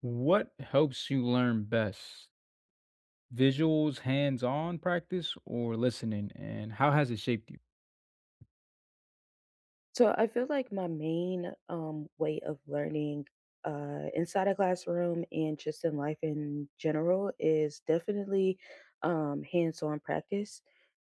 What helps you learn best? Visuals, hands-on practice, or listening? And how has it shaped you? So I feel like my main way of learning inside a classroom and just in life in general is definitely hands-on practice.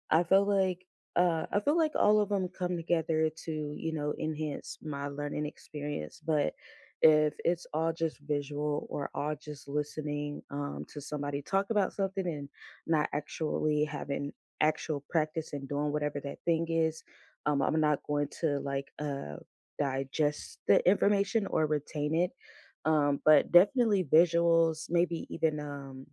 I feel like I feel like all of them come together to enhance my learning experience. But if it's all just visual or all just listening to somebody talk about something and not actually having actual practice and doing whatever that thing is, I'm not going to like digest the information or retain it. But definitely visuals, maybe even,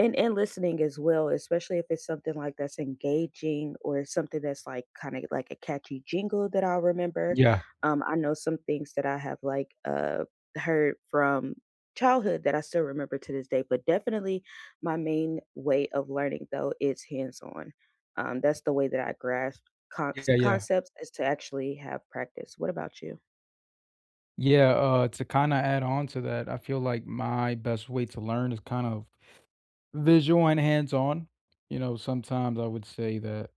and listening as well, especially if it's something like that's engaging or something that's like kind of like a catchy jingle that I'll remember. Yeah, I know some things that I have like heard from childhood that I still remember to this day, but definitely my main way of learning though is hands-on. That's the way that I grasp con- yeah, yeah. concepts is to actually have practice. What about you? Yeah, to kind of add on to that, I feel like my best way to learn is kind of visual and hands-on. You know, sometimes I would say that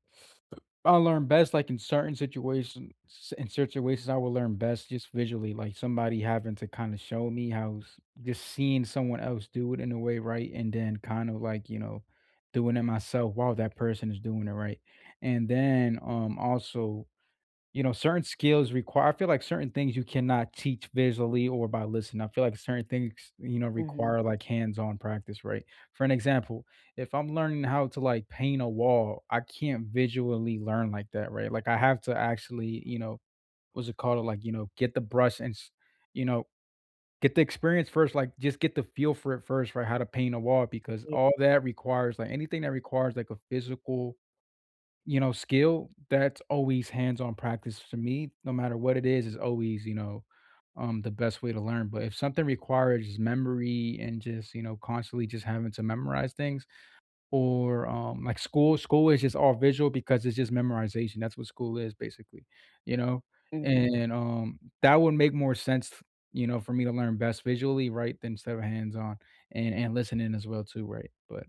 I learn best, like, in certain situations in situations I will learn best just visually, like, somebody having to kinda show me how s just seeing someone else do it in a way, right, and then kind of, like, you know, doing it myself while that person is doing it right, and then, also you know, certain skills require I feel like certain things you cannot teach visually or by listening. I feel like certain things, you know, Hmm require like hands-on practice, right? For an example, if I'm learning how to like paint a wall, I can't visually learn like that, right? Like I have to actually, you know, what's it called? Like, you know, get the brush and, s- you know, get the experience first, like just get the feel for it first, right? How to paint a wall because Yeah. all that requires like anything that requires like a physical you know, skill, that's always hands-on practice to me, no matter what it is always, you know, the best way to learn. But if something requires memory and just, you know, constantly just having to memorize things, or, like school is just all visual because it's just memorization. That's what school is basically, you know? hmm And, that would make more sense, you know, for me to learn best visually, right, than instead of hands-on and listening as well too, right? But,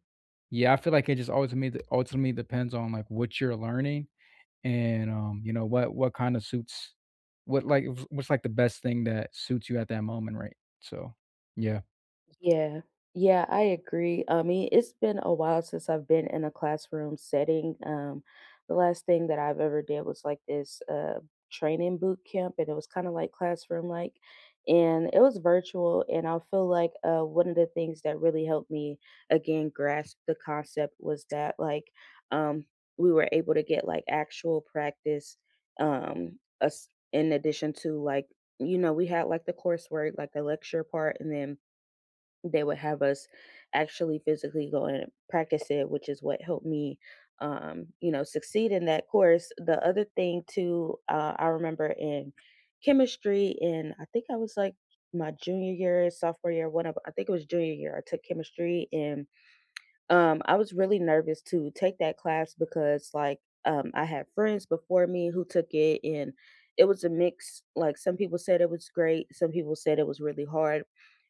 yeah, I feel like it just ultimately depends on, like, what you're learning and, you know, what kinda suits what, like what's, like, the best thing that suits you at that moment, right? So, yeah. Yeah. Yeah, I agree. I mean, it's been a while since I've been in a classroom setting. The last thing that I've ever did was like this training boot camp, and it was kind of like classroom like, and it was virtual. And I feel like, one of the things that really helped me again grasp the concept was that like, um, we were able to get like actual practice, us in addition to like, we had like the coursework, like the lecture part, and then they would have us actually physically go in and practice it, which is what helped me you know, succeed in that course. The other thing too, I remember in chemistry, and I think I was like my junior year, sophomore year, one of I think it was junior year. I took chemistry, and I was really nervous to take that class because like, I had friends before me who took it and. It was a mix. Like some people said it was great, some people said it was really hard,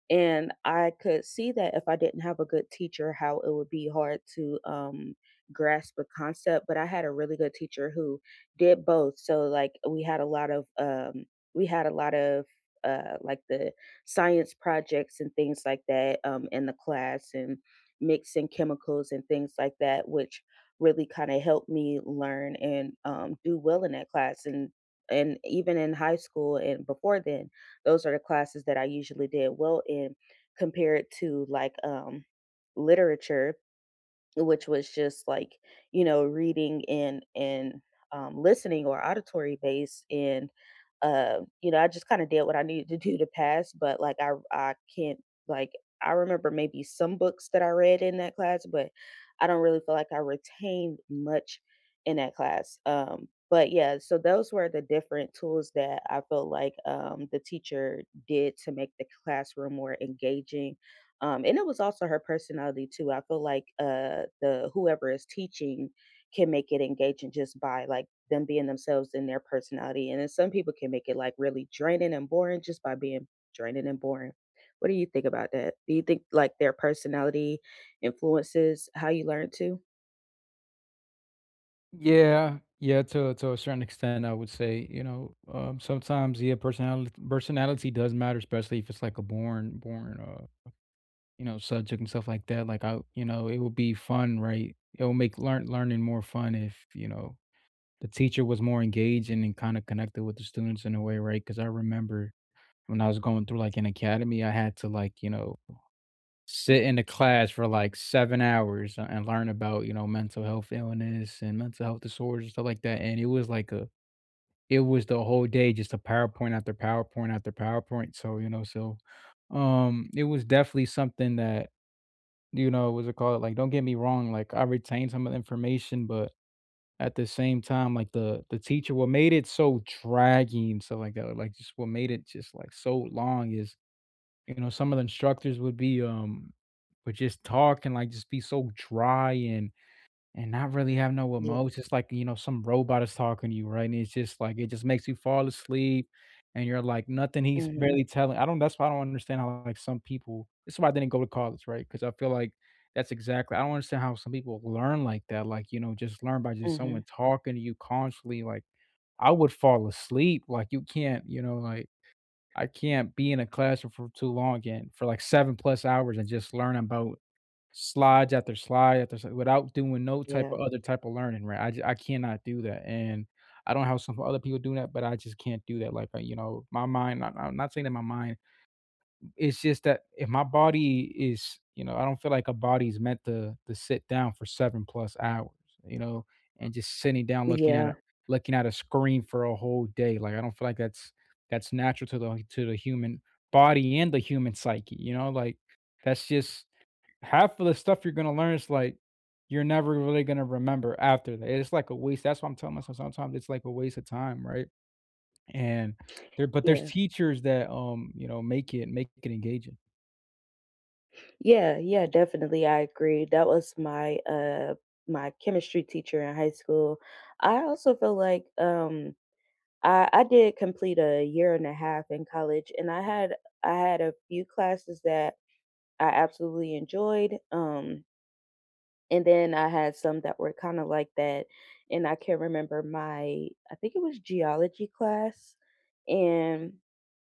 and I could see that if I didn't have a good teacher how it would be hard to grasp a concept, but I had a really good teacher who did both. So like we had a lot of we had a lot of like the science projects and things like that in the class, and mixing chemicals and things like that, which really kind of helped me learn and do well in that class. And even in high school and before then, those are the classes that I usually did well in compared to like, literature, which was just like, you know, reading and listening or auditory based. And you know, I just kind of did what I needed to do to pass, but like I can't like, I remember maybe some books that I read in that class, but I don't really feel like I retained much in that class. But yeah, so those were the different tools that I felt like, the teacher did to make the classroom more engaging, and it was also her personality too. I feel like, the whoever is teaching can make it engaging just by like them being themselves and their personality. And then some people can make it like really draining and boring just by being draining and boring. What do you think about that? Do you think like their personality influences how you learn too? Yeah, yeah, to a certain extent, I would say, you know, sometimes yeah, personality does matter, especially if it's like a born you know, subject and stuff like that. Like I, you know, it would be fun, right? It will make learning more fun if, you know, the teacher was more engaged and, kind of connected with the students in a way, right? Because I remember when I was going through like an academy, I had to like, you know, sit in a class for like 7 hours and learn about, you know, mental health illness and mental health disorders and stuff like that, and it was like a it was the whole day just a PowerPoint after PowerPoint after PowerPoint. So, you know, so, it was definitely something that, you know, was it called, like, don't get me wrong, like, I retained some of the information, but at the same time, like, the teacher what made it so dragging, stuff like, that, like, just what made it just, like, so long is you know, some of the instructors would be, would just talk and, like, just be so dry and not really have no Yeah. emotions. It's like, you know, some robot is talking to you, right? And it's just like, it just makes you fall asleep, and you're like, nothing he's Mm-hmm. barely telling I don't that's why I don't understand how, like, some people this is why I didn't go to college, right? Because I feel like that's exactly I don't understand how some people learn like that, like, you know, just learn by just Mm-hmm. someone talking to you constantly, like, I would fall asleep, like, you can't, you know, like I can't be in a classroom for too long and for like 7 plus hours and just learn about slides after slide without doing no type Yeah. of other type of learning, right? I ju- I cannot do that, and I don't know how some other people do that, but I just can't do that, like, you know, my mind not I'm not saying that my mind it's just that if my body is you know, I don't feel like a body's meant to sit down for 7 plus hours, you know, and just sitting down Yeah. Looking at a screen for a whole day, like, I don't feel like that's natural to the like, to the human body and the human psyche, you know, like, that's just half of the stuff you're gonna learn is, like, you're never really gonna remember after that. It's like a waste that's what I'm telling myself sometimes. It's like a waste of time, right? And there but there's Yeah. teachers that, you know, make it engaging. Yeah, yeah, definitely. I agree. That was my my chemistry teacher in high school. I also feel like, I did complete a year and a half in college, and I had a few classes that I absolutely enjoyed. And then I had some that were kind of like that. And I can't remember my, I think it was geology class. And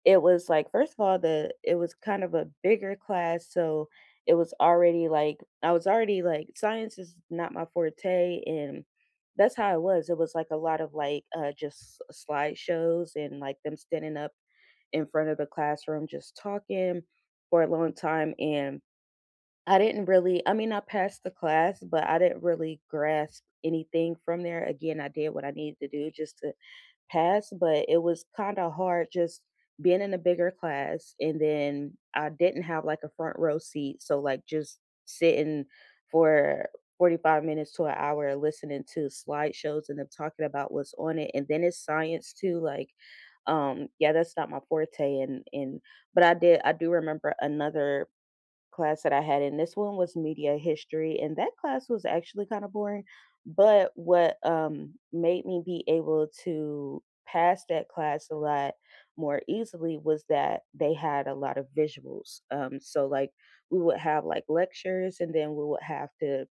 it was like, first of all, the it was kind of a bigger class. So it was already like, I was already like, science is not my forte. And that's how it was. It was like a lot of like, just slideshows and like them standing up in front of the classroom just talking for a long time. And I didn't really, I mean, I passed the class, but I didn't really grasp anything from there. Again, I did what I needed to do just to pass, but it was kinda hard just being in a bigger class, and then I didn't have, like, a front row seat, so, like, just sitting for 45 minutes to an hour listening to slideshows and them talking about what's on it, and then it's science too, like, yeah, that's not my forte, and but I did, I do remember another class that I had, and this one was media history, and that class was actually kind of boring. But what, made me be able to pass that class a lot more easily was that they had a lot of visuals. So like we would have like lectures, and then we would have to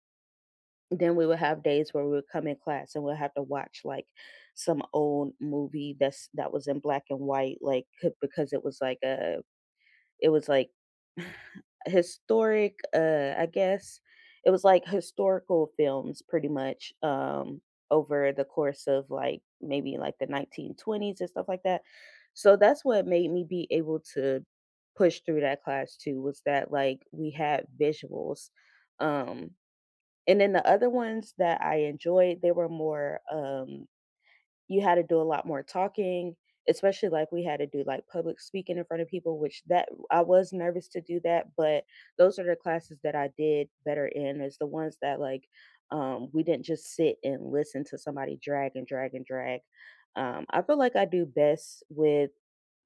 then we would have days where we would come in class and we'll have to watch like some old movie that's that was in black and white like because it was like a, it was like, historic, I guess it was like historical films pretty much, over the course of like maybe like the 1920s and stuff like that. So that's what made me be able to push through that class too, was that like we had visuals. Um, and then the other ones that I enjoyed, they were more, you had to do a lot more talking, especially like we had to do like public speaking in front of people, which that I was nervous to do that, but those are the classes that I did better in is the ones that like, we didn't just sit and listen to somebody drag and drag and drag. I feel like I do best with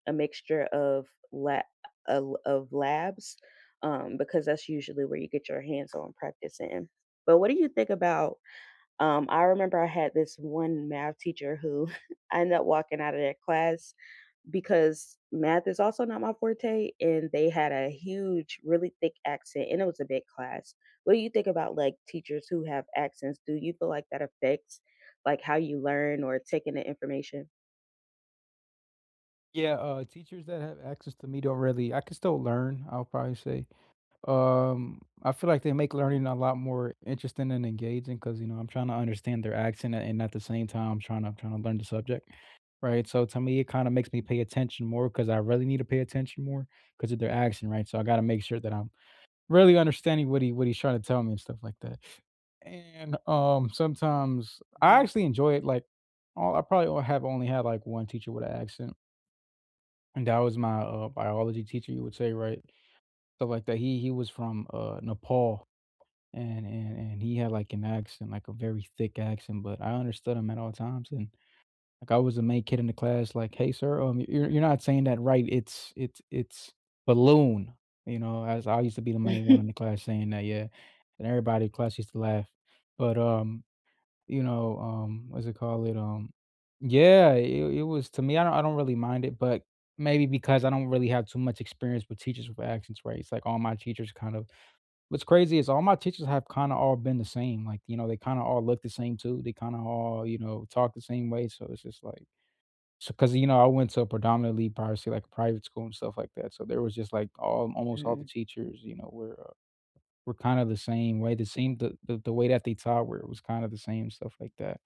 a mixture of labs, because that's usually where you get your hands on practice in. But what do you think about, I remember I had this one math teacher who I ended up walking out of that class because math is also not my forte, and they had a huge, really thick accent, and it was a big class. What do you think about like teachers who have accents? Do you feel like that affects like how you learn or taking the information? Yeah, teachers that have access to me don't really I can still learn, I'll probably say. I feel like they make learning a lot more interesting and engaging because you know, I'm trying to understand their accent a and at the same time, I'm trying to learn the subject, right? So, to me, it kinda makes me pay attention more because I really need to pay attention more because of their accent, right? So, I gotta make sure that I'm really understanding what he what he's trying to tell me and stuff like that. And, sometimes I Mhm. actually enjoy it, like, all I probably o have only had, like, 1 teacher with an accent. And that was my, biology teacher, you would say, right? Stuff like that. He was from, Nepal, and and he had, like, an accent, like, a very thick accent, but I understood him at all times, and, like, I was the main kid in the class, like, "Hey, sir, you're not saying that right. It's balloon," you know, as I used to be the main one in the class saying that, yeah, and everybody in class used to laugh, but, you know, what's it called? It? Yeah, it was to me, I don't really mind it, but maybe because I don't really have too much experience with teachers with accents, right? It's like all my teachers kind of what's crazy is all my teachers have kind of all been the same. Like, you know, they kind of all look the same too. They kind of all, you know, talk the same way. So it's just like, so because, you know, I went to a predominantly privacy, like a private school and stuff like that. So there was just like all, almost all the Mhm, teachers, you know, were kind of the same way. The same, the way that they taught where it was kind of the same stuff like that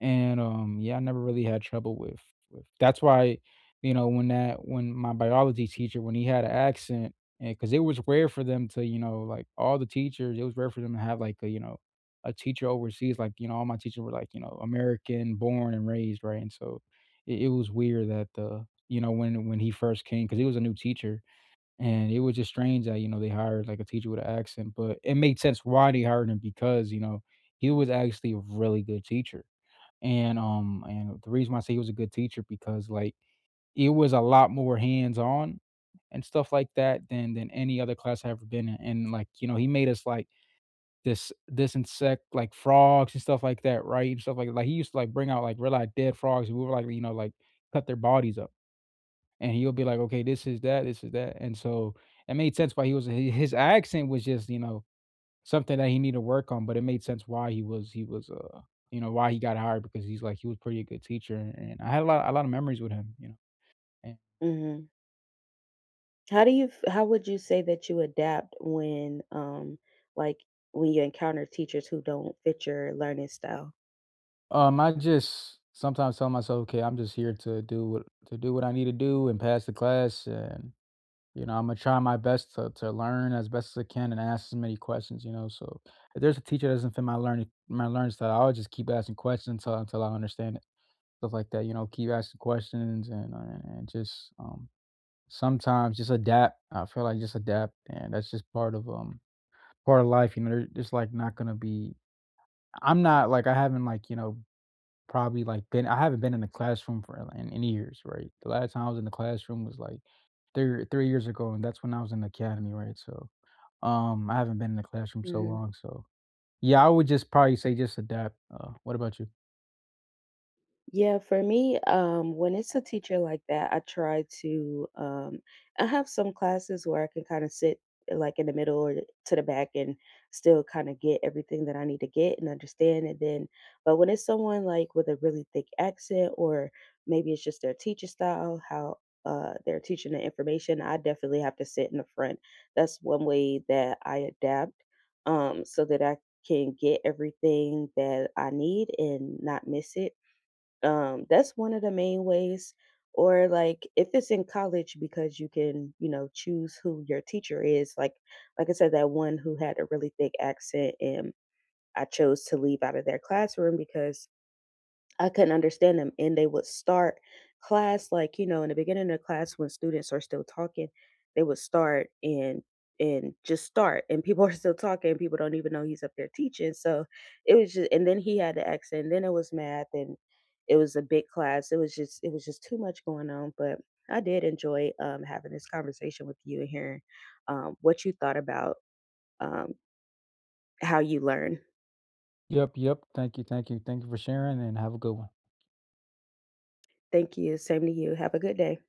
and, yeah, I never really had trouble with that's why, you know, when my biology teacher, when he had an accent and because it was rare for them to, you know, like, all the teachers, it was rare for them to have, like, a, you know, a teacher overseas, like, you know, all my teachers were, like, you know, American born and raised, right? And so it was weird that, the, you know, when he first came because he was a new teacher, and it was just strange that, you know, they hired, like, a teacher with an accent, but it made sense why they hired him because, you know, he was actually a really good teacher. And the reason why I say he was a good teacher because, like, it was a lot more hands-on and stuff like that than any other class I've ever been in, and, like, you know, he made us, like, this insect, like, frogs and stuff like that, right, and stuff like, he used to, like, bring out, like, real, like, dead frogs, and we were, like, you know, like, cut their bodies up, and he'll be like, "Okay, this is that," and so, it made sense why he was hi his accent was just, you know something that he needed to work on, but it made sense why he was you know why he got hired because he's like he was pretty a good teacher and I had a lot of memories with him, you know. And mhm. How do you how would you say that you adapt when, like when you encounter teachers who don't fit your learning style? I just sometimes tell myself, okay, I'm just here to do what I need to do and pass the class and you know, I'm gonna try my best to learn as best as I can and ask as many questions, you know. So if there's a teacher that doesn't fit my learning style, I'll just keep asking questions until I understand it. Stuff like that, you know, keep asking questions and just sometimes just adapt. I feel like just adapt, and that's just part of life. You know, there there's, like, not gonna be I'm not like, I haven't, like, you know, probably, like, been I haven't been in the classroom for, like, in years, right? The last time I was in the classroom was, like, three 3 years ago, and that's when I was in the academy, right? So, I haven't been in the classroom so Mhm. long, so yeah, I would just probably say just adapt. What about you? Yeah, for me, when it's a teacher like that, I try to. I have some classes where I can kind of sit like in the middle or to the back and still kind of get everything that I need to get and understand. And then, but when it's someone like with a really thick accent, or maybe it's just their teacher style, how they're teaching the information, I definitely have to sit in the front. That's one way that I adapt, so that I can get everything that I need and not miss it. That's one of the main ways. Or like if it's in college, because you can, you know, choose who your teacher is. Like I said, that one who had a really thick accent, and I chose to leave out of their classroom because I couldn't understand them, and they would start class like, you know, in the beginning of class when students are still talking, they would start and just start, and people are still talking, and people don't even know he's up there teaching. So it was just, and then he had the accent, and then it was math, and it was a big class. It was just, it was just too much going on, but. I did enjoy, having this conversation with you and hearing, what you thought about, um, how you learn. Yep, yep. Thank you, for sharing, and have a good one. Thank you. Same to you. Have a good day.